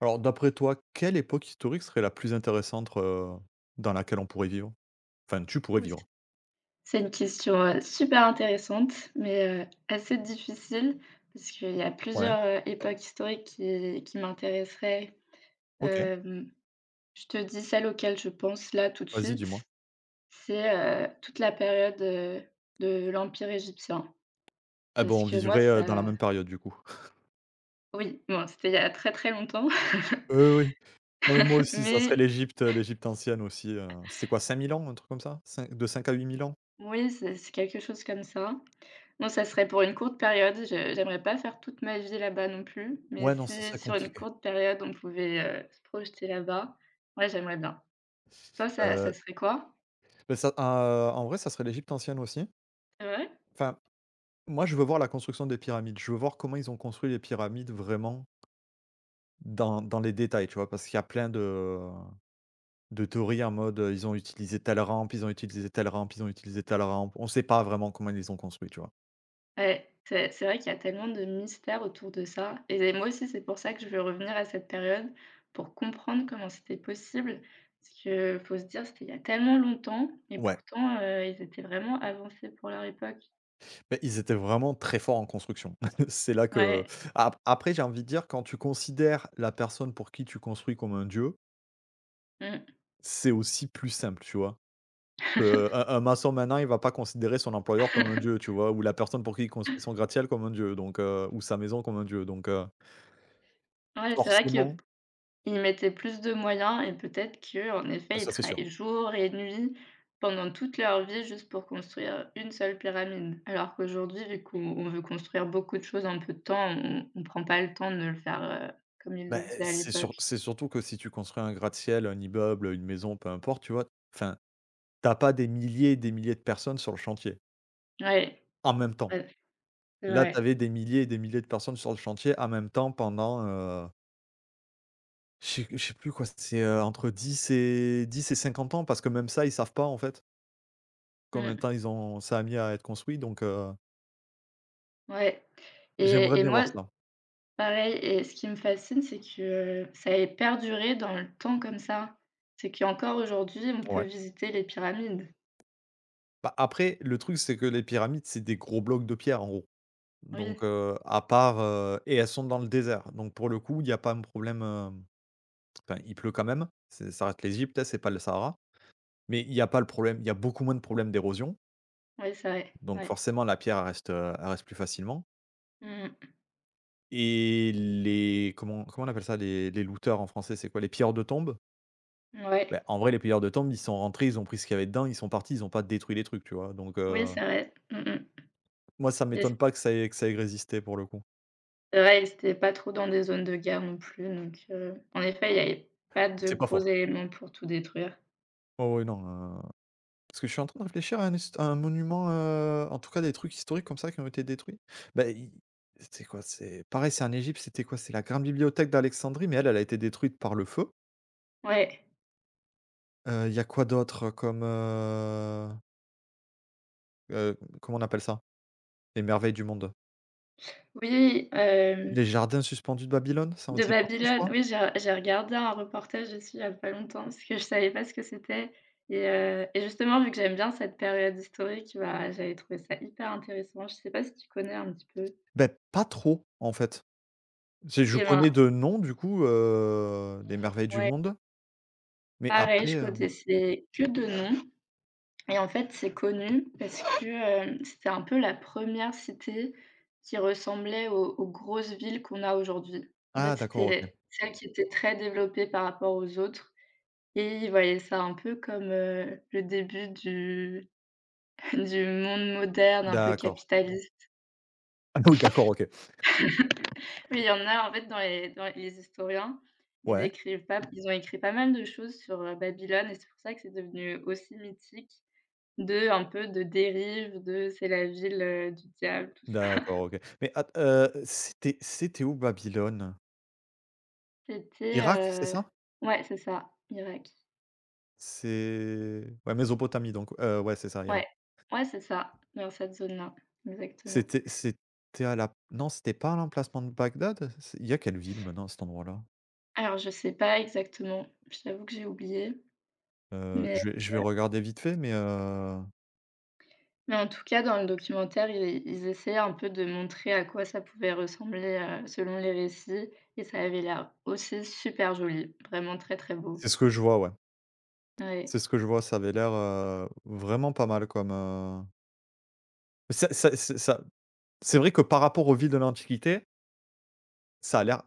Alors, d'après toi, quelle époque historique serait la plus intéressante, dans laquelle on pourrait vivre? Enfin, tu pourrais Oui, vivre. c'est une question, super intéressante, mais assez difficile parce qu'il y a Ouais, plusieurs, époques historiques qui m'intéresseraient. OK. Hem, je te dis celle auquel je pense là tout de Vas-y, suite, dis-moi. c'est, toute la période, de l'Empire égyptien Ah parce bon, on que moi vivrait, dans la ça même période, du coup. oui, bon, c'était il y a très, très longtemps Oui, oui. Non, mais moi aussi, ça serait mais l'Égypte, l'Égypte ancienne aussi, c'était quoi 5 000 ans, un truc comme ça? Cin de 5 000 à 8 000 ans? oui, c'est quelque chose comme ça. Non, ça serait pour une courte période. Je j'aimerais pas faire toute ma vie là-bas non plus, mais Ouais, non, ça si serait sur une compliqué. courte période, on pouvait, se projeter là-bas, ouais, j'aimerais bien. Toi, ça Heu, serait quoi? Bah, ça, en vrai, ça serait l'Égypte ancienne aussi. C'est vrai? Enfin, moi, je veux voir la construction des pyramides. Je veux voir comment ils ont construit les pyramides vraiment dans les détails, tu vois? Parce qu'il y a plein de théorie en mode, ils ont utilisé telle rampe, ils ont utilisé telle rampe, ils ont utilisé telle rampe. On sait pas vraiment comment ils les ont construits, tu vois? Ouais, c'est vrai qu'il y a tellement de mystères autour de ça et moi aussi, c'est pour ça que je veux revenir à cette période pour comprendre comment c'était possible. Parce que faut se dire, c'était il y a tellement longtemps et Ouais, pourtant, ils étaient vraiment avancés pour leur époque. mais ils étaient vraiment très forts en construction. C'est là que Ouais. ap après j'ai envie de dire quand tu considères la personne pour qui tu construis comme un dieu, Mmh. c'est aussi plus simple, tu vois? Qu'un un maçon maintenant, il va pas considérer son employeur comme un dieu, tu vois? Ou la personne pour qui il construit son gratte-ciel comme un dieu, donc ou sa maison comme un dieu, donc heu, Ouais, c'est vrai que forcément ils mettaient plus de moyens et peut-être que en Ah, effet, ils ça c'est sûr. travaillaient jour et nuit pendant toute leur vie juste pour construire une seule pyramide. Alors qu'aujourd'hui, vu qu'on veut construire beaucoup de choses en peu de temps, on prend pas le temps de le faire, heu, comme ils Bah, le eh, faisaient à l'époque. c'est surtout que si tu construis un gratte-ciel, un immeuble, une maison, peu importe, tu vois? Enfin, t'as pas des milliers et des milliers de personnes sur le chantier, Ouais, en même temps. ouais, c'est Là, vrai. t'avais des milliers et des milliers de personnes sur le chantier en même temps pendant, je sais plus quoi, c'est, entre dix et 50 ans parce que même ça, ils savent pas, en fait, combien de temps Mmh, ils ont ça a mis à être construit donc ouais j'aimerais et et bien voir moi, ça. pareil et ce qui me fascine, c'est que ça ait perduré dans le temps comme ça. C'est qu'encore aujourd'hui, on peut Ouais. visiter les pyramides. Bah, après, le truc, c'est que les pyramides, c'est des gros blocs de pierre, en gros. Oui, Donc, à part, et elles sont dans le désert. Donc pour le coup, il y a pas un problème, enfin, il pleut quand même, c'est ça reste l'Égypte, hein, c'est pas le Sahara. Mais il y a pas le problème, il y a beaucoup moins de problèmes d'érosion. oui, c'est vrai, Donc ouais. forcément, la pierre, elle reste plus facilement. Mmh. Et les comment on appelle ça? Les looters en français, c'est quoi? Les pilleurs de tombes? Bah, Ouais, en vrai, les pilleurs de tombes, ils sont rentrés, ils ont pris ce qu'il y avait dedans, ils sont partis, ils ont pas détruit les trucs, tu vois? Donc, oui, c'est vrai. Mmh mh. moi, ça m'étonne Et pas que ça ait résisté pour le coup. c'est vrai, ils étaient pas trop dans des zones de guerre non plus, donc en effet, il n'y avait pas de C'est pas gros faux. éléments pour tout détruire. Oh oui, non. Parce que je suis en train de réfléchir à un hist à un monument, en tout cas des trucs historiques comme ça qui ont été détruits. Beh, i C'est quoi? C'est pareil, c'est en Égypte, c'était quoi? C'est la grande bibliothèque d'Alexandrie, mais elle, elle a été détruite par le feu. Ouais, Il y a quoi d'autre comme, comment on appelle ça? Les merveilles du monde? oui, Les jardins suspendus de Babylone, ça en de faisait partie, je Babylone, crois? oui, j'ai regardé un reportage aussi il y a pas longtemps parce que je savais pas ce que c'était et justement vu que j'aime bien cette période historique, bah, j'avais trouvé ça hyper intéressant. Je sais pas si tu connais un petit peu? Beh, pas trop, en fait. C'est Je Et connais ben de nom, du coup, les merveilles du ouais, monde, mais pareil, après, je connaissais que de nom. Et en fait, c'est connu parce que, c'était un peu la première cité qui ressemblait aux aux grosses villes qu'on a aujourd'hui. En fait, ah c'était d'accord, OK. les celle qui était très développée par rapport aux autres et ils voyaient ça un peu comme, le début du du monde moderne, un peu D'accord. capitaliste. Ah oui, d'accord, OK. Oui, il y en a, en fait, dans les historiens, ils Ouais. écrivent pas ils ont écrit pas mal de choses sur, Babylone et c'est pour ça que c'est devenu aussi mythique, de un peu de dérive, de c'est la ville, du diable. D'accord, OK. Mais at c'était où Babylone? C'était, Irak, c'est ça? ouais, c'est ça, Irak. C'est Ouais, Mésopotamie donc, ouais, c'est ça, Irak. Ouais, ouais, c'est ça, dans cette zone-là, exactement. C'était à la non, c'était pas à l'emplacement de Bagdad? C'est Il y a quelle ville maintenant à cet endroit-là? Alors je sais pas exactement, je t'avoue que j'ai oublié, mais Je vais regarder vite fait, mais, mais en tout cas, dans le documentaire, i ils essayaient un peu de montrer à quoi ça pouvait ressembler, selon les récits et ça avait l'air aussi super joli, vraiment très, très beau. c'est ce que je vois, ouais. Ouais. C'est ce que je vois, ça avait l'air, vraiment pas mal comme, ça ça c'est vrai que par rapport aux villes de l'Antiquité, ça a l'air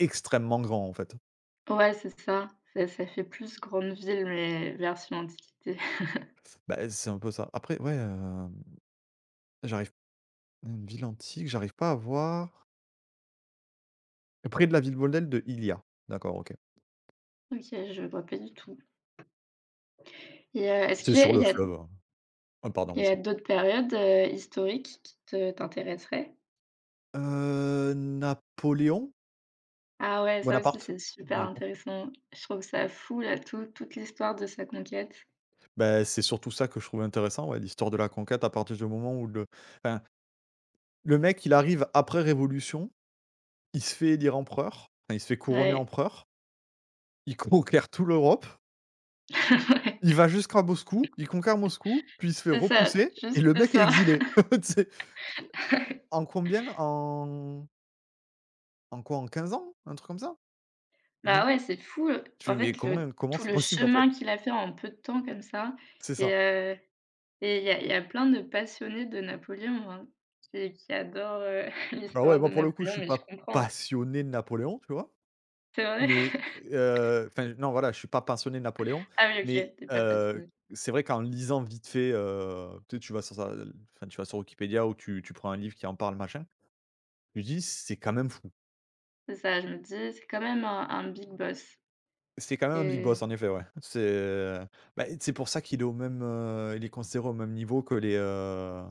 extrêmement grand, en fait. Ouais, c'est ça, ça fait plus grande ville mais version antiquité. Bah, c'est un peu ça. Après, ouais, j'arrive Une ville antique, j'arrive pas à voir. Près de la ville modèle de Ilia. D'accord, OK. OK, je vois pas du tout et est-ce C'est sur qu'il le y a fleuve. Ah pardon, il y vas-y. a d'autres périodes, historiques qui te t'intéresseraient? Napoléon? Ah ouais, ça aussi, Bonaparte? c'est super Je pense. intéressant. Je trouve ça fou là, tout toute l'histoire de sa conquête. Bah, c'est surtout ça que je trouvais intéressant, ouais, l'histoire de la conquête à partir du moment où enfin, le mec, il arrive après Révolution, il se fait élire empereur, enfin, il se fait couronner Ouais, empereur, il conquiert toute l'Europe, ouais, il va jusqu'à Moscou, il conquiert Moscou, puis il se fait c'est ça, repousser et juste le mec est ça. exilé. Tu sais? En combien? En quoi? En 15 ans? Un truc comme ça? Bah 20 ouais, ans? c'est fou, Tu fais: en «Mais fait, le comment tout c'est le possible, en fait?» chemin qu'il a fait en peu de temps comme ça C'est et ça. heu et il y a plein de passionnés de Napoléon, hein, qui adorent, Alors ouais, l'histoire de moi, pour le coup, je Napoléon, suis mais je pas comprends. Hein. passionné de Napoléon, tu vois? C'est vrai? Mais enfin, non, voilà, je suis pas passionné de Napoléon, Ah oui, OK, mais t'es pas passionné. c'est vrai qu'en lisant vite fait, tu sais, tu vas sur Wikipédia ou tu prends un livre qui en parle, machin, tu dis: «C'est quand même fou». C'est ça, je me dis, c'est quand même un big boss. C'est quand même un big boss, Et en effet, ouais. C'est Bah, c'est pour ça qu'il est il est considéré au même niveau que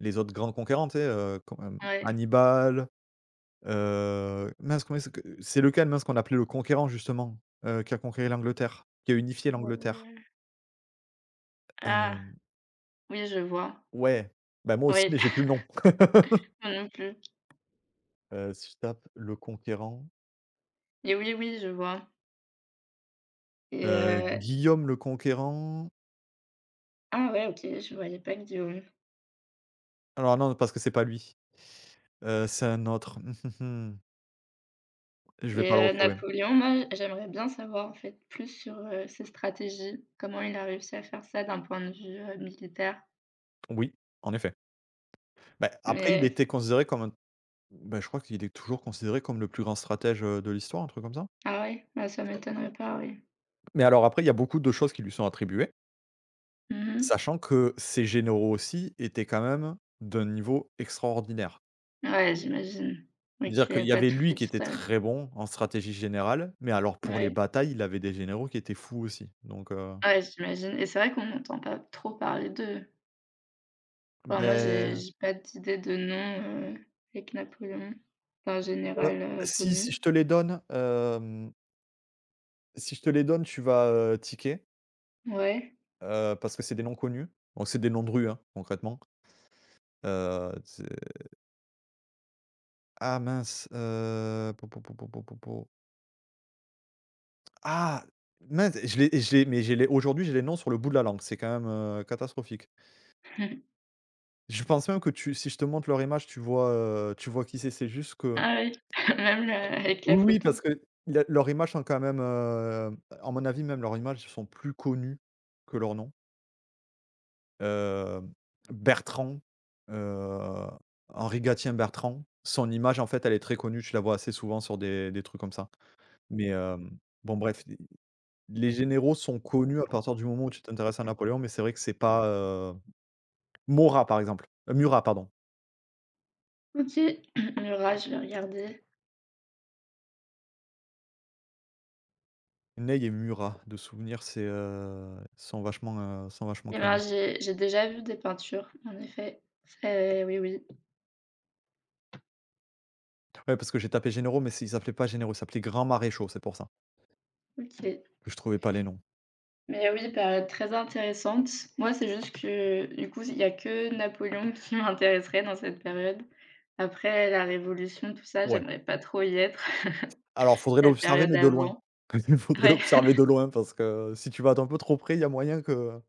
les autres grands conquérants, tu sais, comme, ouais. Hannibal. Mince, comment il s'ac c'est lequel, mince, qu'on appelait le conquérant justement, qui a conquéri l'Angleterre, qui a unifié l'Angleterre? Ah! Hem, Oui, je vois. ouais, bah, moi aussi, Oui, mais j'ai plus le nom. moi non plus. Si je tape le conquérant, Et oui, oui, je vois. Et Guillaume le conquérant. ah ouais, OK, je voyais pas Guillaume. Alors non, parce que c'est pas lui, c'est un autre. Je vais Et pas le retrouver. Napoléon, moi, j'aimerais bien savoir, en fait, plus sur, ses stratégies, comment il a réussi à faire ça d'un point de vue, militaire. Oui, en effet. Bah, après il Mais était considéré comme un bah, je crois qu'il est toujours considéré comme le plus grand stratège, de l'histoire, un truc comme ça. ah ouais? Bah, ça m'étonnerait pas, oui. Mais alors après, il y a beaucoup de choses qui lui sont attribuées. Mmh. Sachant que ces généraux aussi étaient quand même d'un niveau extraordinaire. Ouais, j'imagine. Cest Oui, à Dire qu'il qu'il avait y pas avait tout lui fait qui tout était seul. très bon en stratégie générale, mais alors pour les Ouais. batailles, il avait des généraux qui étaient fous aussi. Donc, Ouais, j'imagine et c'est vrai qu'on n'entend pas trop parler d'eux. Enfin, moi, j'ai beh, j'ai pas d'idée de nom, avec Napoléon. Enfin, heu, général, si, si connu. je te les donne, tu vas, tiquer, Ouais. Parce que c'est des noms connus. Donc c'est des noms de rue, hein, concrètement. C'est Ah mince, po po po po po po po Ah! Mince, je l'ai mais j'ai les aujourd'hui, j'ai les noms sur le bout de la langue, c'est quand même, catastrophique. Je pense même que tu si je te montre leur image, tu vois qui c'est juste que Ah oui, même le avec la oui, oui, photo. parce que la leurs images sont quand même, à mon avis, même leurs images sont plus connues que leurs noms. Hem, Bertrand, heu, Henri Gatien Bertrand, son image, en fait, elle est très connue, tu la vois assez souvent sur des trucs comme ça. Mais, bon bref, i les généraux sont connus à partir du moment où tu t'intéresses à Napoléon, mais c'est vrai que c'est pas, Morat par exemple, Murat pardon. OK, le rat, je vais regarder. Ney et Murat de souvenir, sont vachement Et ben, connus. j'ai déjà vu des peintures, en effet. C'est oui, oui. Ouais, parce que j'ai tapé généraux, mais c'est ils s'appelaient pas généraux, ils s'appelaient grands maréchaux, c'est pour ça OK. que je trouvais pas les noms. Mais oui, période très intéressante. Moi, c'est juste que, du coup, il y a que Napoléon qui m'intéresserait dans cette période. Après la Révolution, tout ça, Ouais, j'aimerais pas trop y être. alors faudrait La l'observer, période mais de loin. avant. Il faudrait Ouais. l'observer de loin parce que si tu vas un peu trop près, il y a moyen que,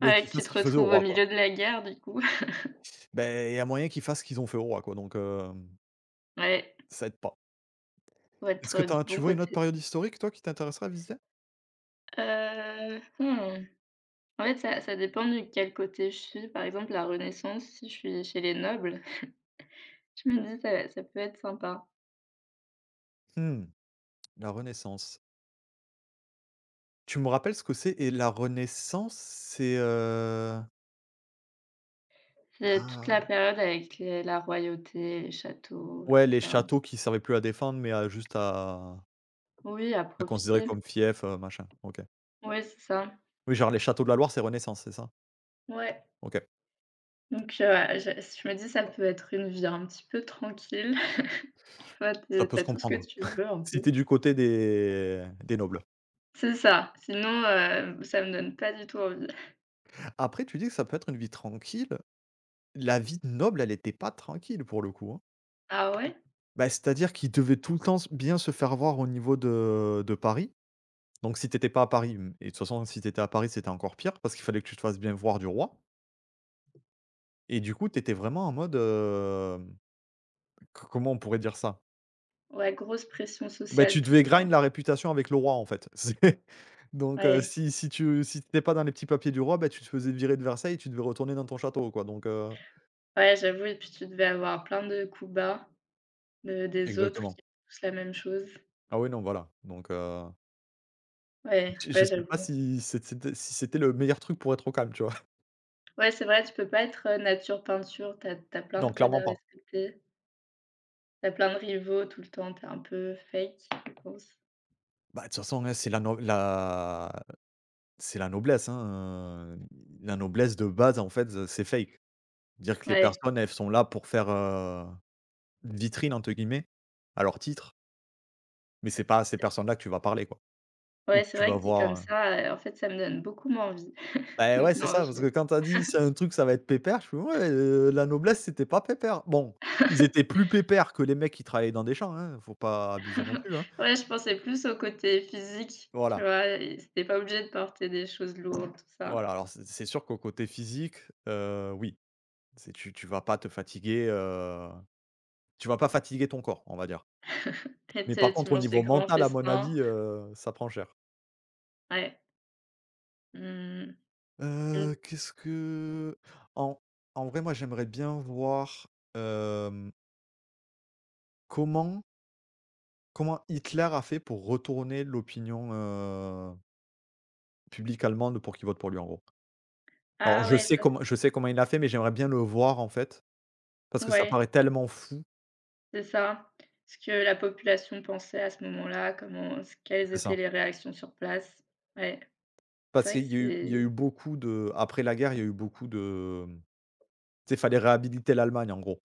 beh, qu'ils Ouais, tu fassent ce te qu'ils faisaient au retrouves au roi, quoi. milieu de la guerre du coup. Ben, il y a moyen qu'ils fassent ce qu'ils ont fait au roi, quoi, donc, Ouais, ça aide pas. faut Est-ce être que tu du tu bon vois une autre côté. période historique toi qui t'intéresserait à visiter? Mmh, en fait, ça dépend de quel côté je suis. Par exemple, la Renaissance, si je suis chez les nobles, je me dis ça peut être sympa. Mmh, la Renaissance. Tu me rappelles ce que c'est? Et la Renaissance, c'est, C'est toute ah, la période avec les la royauté, les châteaux, ouais, tout les ça. châteaux qui servaient plus à défendre, mais à juste à Oui, à à considérer profiter. comme fief, machin, OK. Oui, c'est ça. Oui, genre les châteaux de la Loire, c'est Renaissance, c'est ça? Ouais, OK, donc je me dis ça peut être une vie un petit peu tranquille, tu vois? ça Tu peut se es tout ce que comprendre. tu veux un Si peu. t'es du côté des nobles. C'est ça, sinon, ça me donne pas du tout envie. Après, tu dis que ça peut être une vie tranquille. La vie de noble, elle était pas tranquille pour le coup, hein. Ah ouais? Bah, c'est-à-dire qu'ils devaient tout le temps s bien se faire voir au niveau de Paris. Donc si t'étais pas à Paris, et de toute façon, si t'étais à Paris, c'était encore pire parce qu'il fallait que tu te fasses bien voir du roi et du coup, t'étais vraiment en mode, co comment on pourrait dire ça? Ouais, grosse pression Bah, sociale tu tout le devais temps. grind la réputation avec le roi, en fait. C'est Donc Ouais, si t'étais pas dans les petits papiers du roi, bah, tu te faisais virer de Versailles et tu devais retourner dans ton château, quoi, donc ouais, j'avoue et puis tu devais avoir plein de coups bas de des autres qui exactement. font tous la même chose. Ah oui, non, voilà, donc Ouais, je ouais, sais j'avoue. pas si c'était le meilleur truc pour être au calme, tu vois? Ouais, c'est vrai, tu peux pas être, nature peinture, t'as plein Non, de codes clairement à pas. respecter, t'as plein de rivaux tout le temps, t'es un peu fake, je pense. Bah, de toute façon, hein, c'est la no la c'est la noblesse, hein, la noblesse de base, en fait, ze c'est fake. Dire que les Ouais, personnes, elles sont là pour faire, «une vitrine» entre guillemets, à leur titre, mais c'est pas à ces personnes-là que tu vas parler, quoi, ou ouais, que c'est tu vrai vas que dit comme voir, ça, en fait, ça me donne beaucoup moins envie. bah, ouais, Donc c'est non, ça, je parce que quand t'as dit: «C'est un truc, ça va être pépère», je fais: «Ouais, la noblesse, c'était pas pépère». Bon, ils étaient plus pépères que les mecs qui travaillaient dans des champs, hein, faut pas abuser non plus, hein. ouais, je pensais plus au côté physique, tu Voilà, vois? Et c'était pas obligé de porter des choses lourdes, tout ça. voilà, alors c'est sûr qu'au côté physique, oui, c'est tu vas pas te fatiguer, tu vas pas fatiguer ton corps, on va dire. Et Mais par tu tu contre, au manges niveau des grands mental, à mon festins. avis, ça prend cher. Ouais. Mmh, mmh. Qu'est-ce que en en vrai, moi, j'aimerais bien voir, hem, comment comment Hitler a fait pour retourner l'opinion, publique allemande pour qu'il vote pour lui, en gros. Alors Ah je ouais, sais ça comment je sais comment il l'a fait, mais j'aimerais bien le voir, en fait, parce que ça paraît ouais, tellement fou. c'est ça. Ce que la population pensait à ce moment-là, comment ce quelles C'est étaient ça. les réactions sur place. Ouais, c'est Parce vrai qu'il que y a eu il y a eu c'est beaucoup de après la guerre, il y a eu beaucoup de, tu sais, il fallait réhabiliter l'Allemagne, en gros.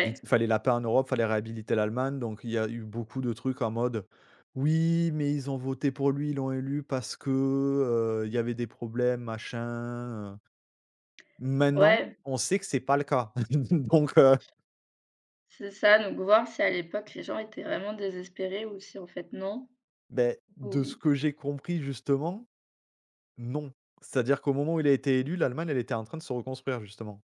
Vu qu'il fallait la paix en Europe, fallait réhabiliter l'Allemagne, donc il y a eu beaucoup de trucs en mode: «Oui, mais ils ont voté pour lui, ils l'ont élu parce que, il y avait des problèmes, machin, euh.» Maintenant, ouais, on sait que c'est pas le cas. Donc, c'est ça, donc voir si à l'époque les gens étaient vraiment désespérés ou si en fait non. beh, Ou de ce que j'ai compris justement, non. C'est-à-dire qu'au moment où il a été élu, l'Allemagne, elle était en train de se reconstruire justement.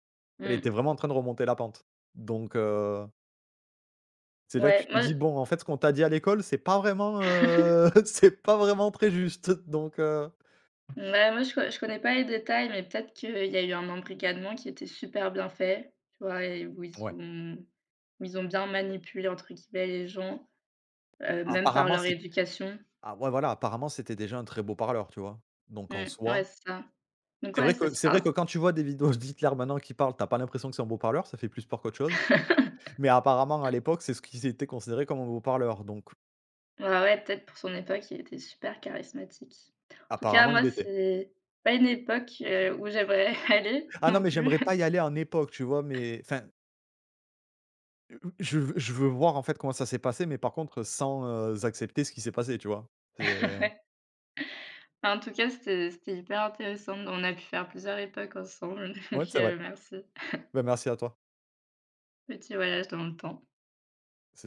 Elle mmh, était vraiment en train de remonter la pente. Donc, c'est là que tu ouais, te moi dis: «Bon, en fait, ce qu'on t'a dit à l'école, c'est pas vraiment, c'est pas vraiment très juste». Donc, ouais, moi, je co je connais pas les détails, mais peut-être qu'il y a eu un embrigadement qui était super bien fait, tu vois? Et ouais. Où ils ont bien «manipulé» entre guillemets les gens, même par Apparemment, leur c'est éducation. Ah ouais, voilà, apparemment, c'était déjà un très beau parleur, tu vois? Donc en Mmh, soi, ouais, c'est ça. Donc c'est vrai ouais, ça que c'est vrai que sera quand tu vois des vidéos d'Hitler maintenant qui parle, t'as pas l'impression que c'est un beau parleur, ça fait plus peur qu'autre chose. Mais apparemment, à l'époque, c'est ce qui était considéré comme un beau parleur, donc ouais, ouais, peut-être pour son époque, il était super charismatique. En tout cas, apparemment, il moi, l'était. c'est pas une époque, où j'aimerais aller Ah non, non mais plus. j'aimerais pas y aller en époque, tu vois? Mais enfin, je veux voir, en fait, comment ça s'est passé, mais par contre, sans, accepter ce qui s'est passé, tu vois? C'est Ouais. Enfin, en tout cas, c'était hyper intéressant. On a pu faire plusieurs époques ensemble, donc Ouais, c'est vrai. Merci. Ben merci à toi. Petit voyage dans le temps.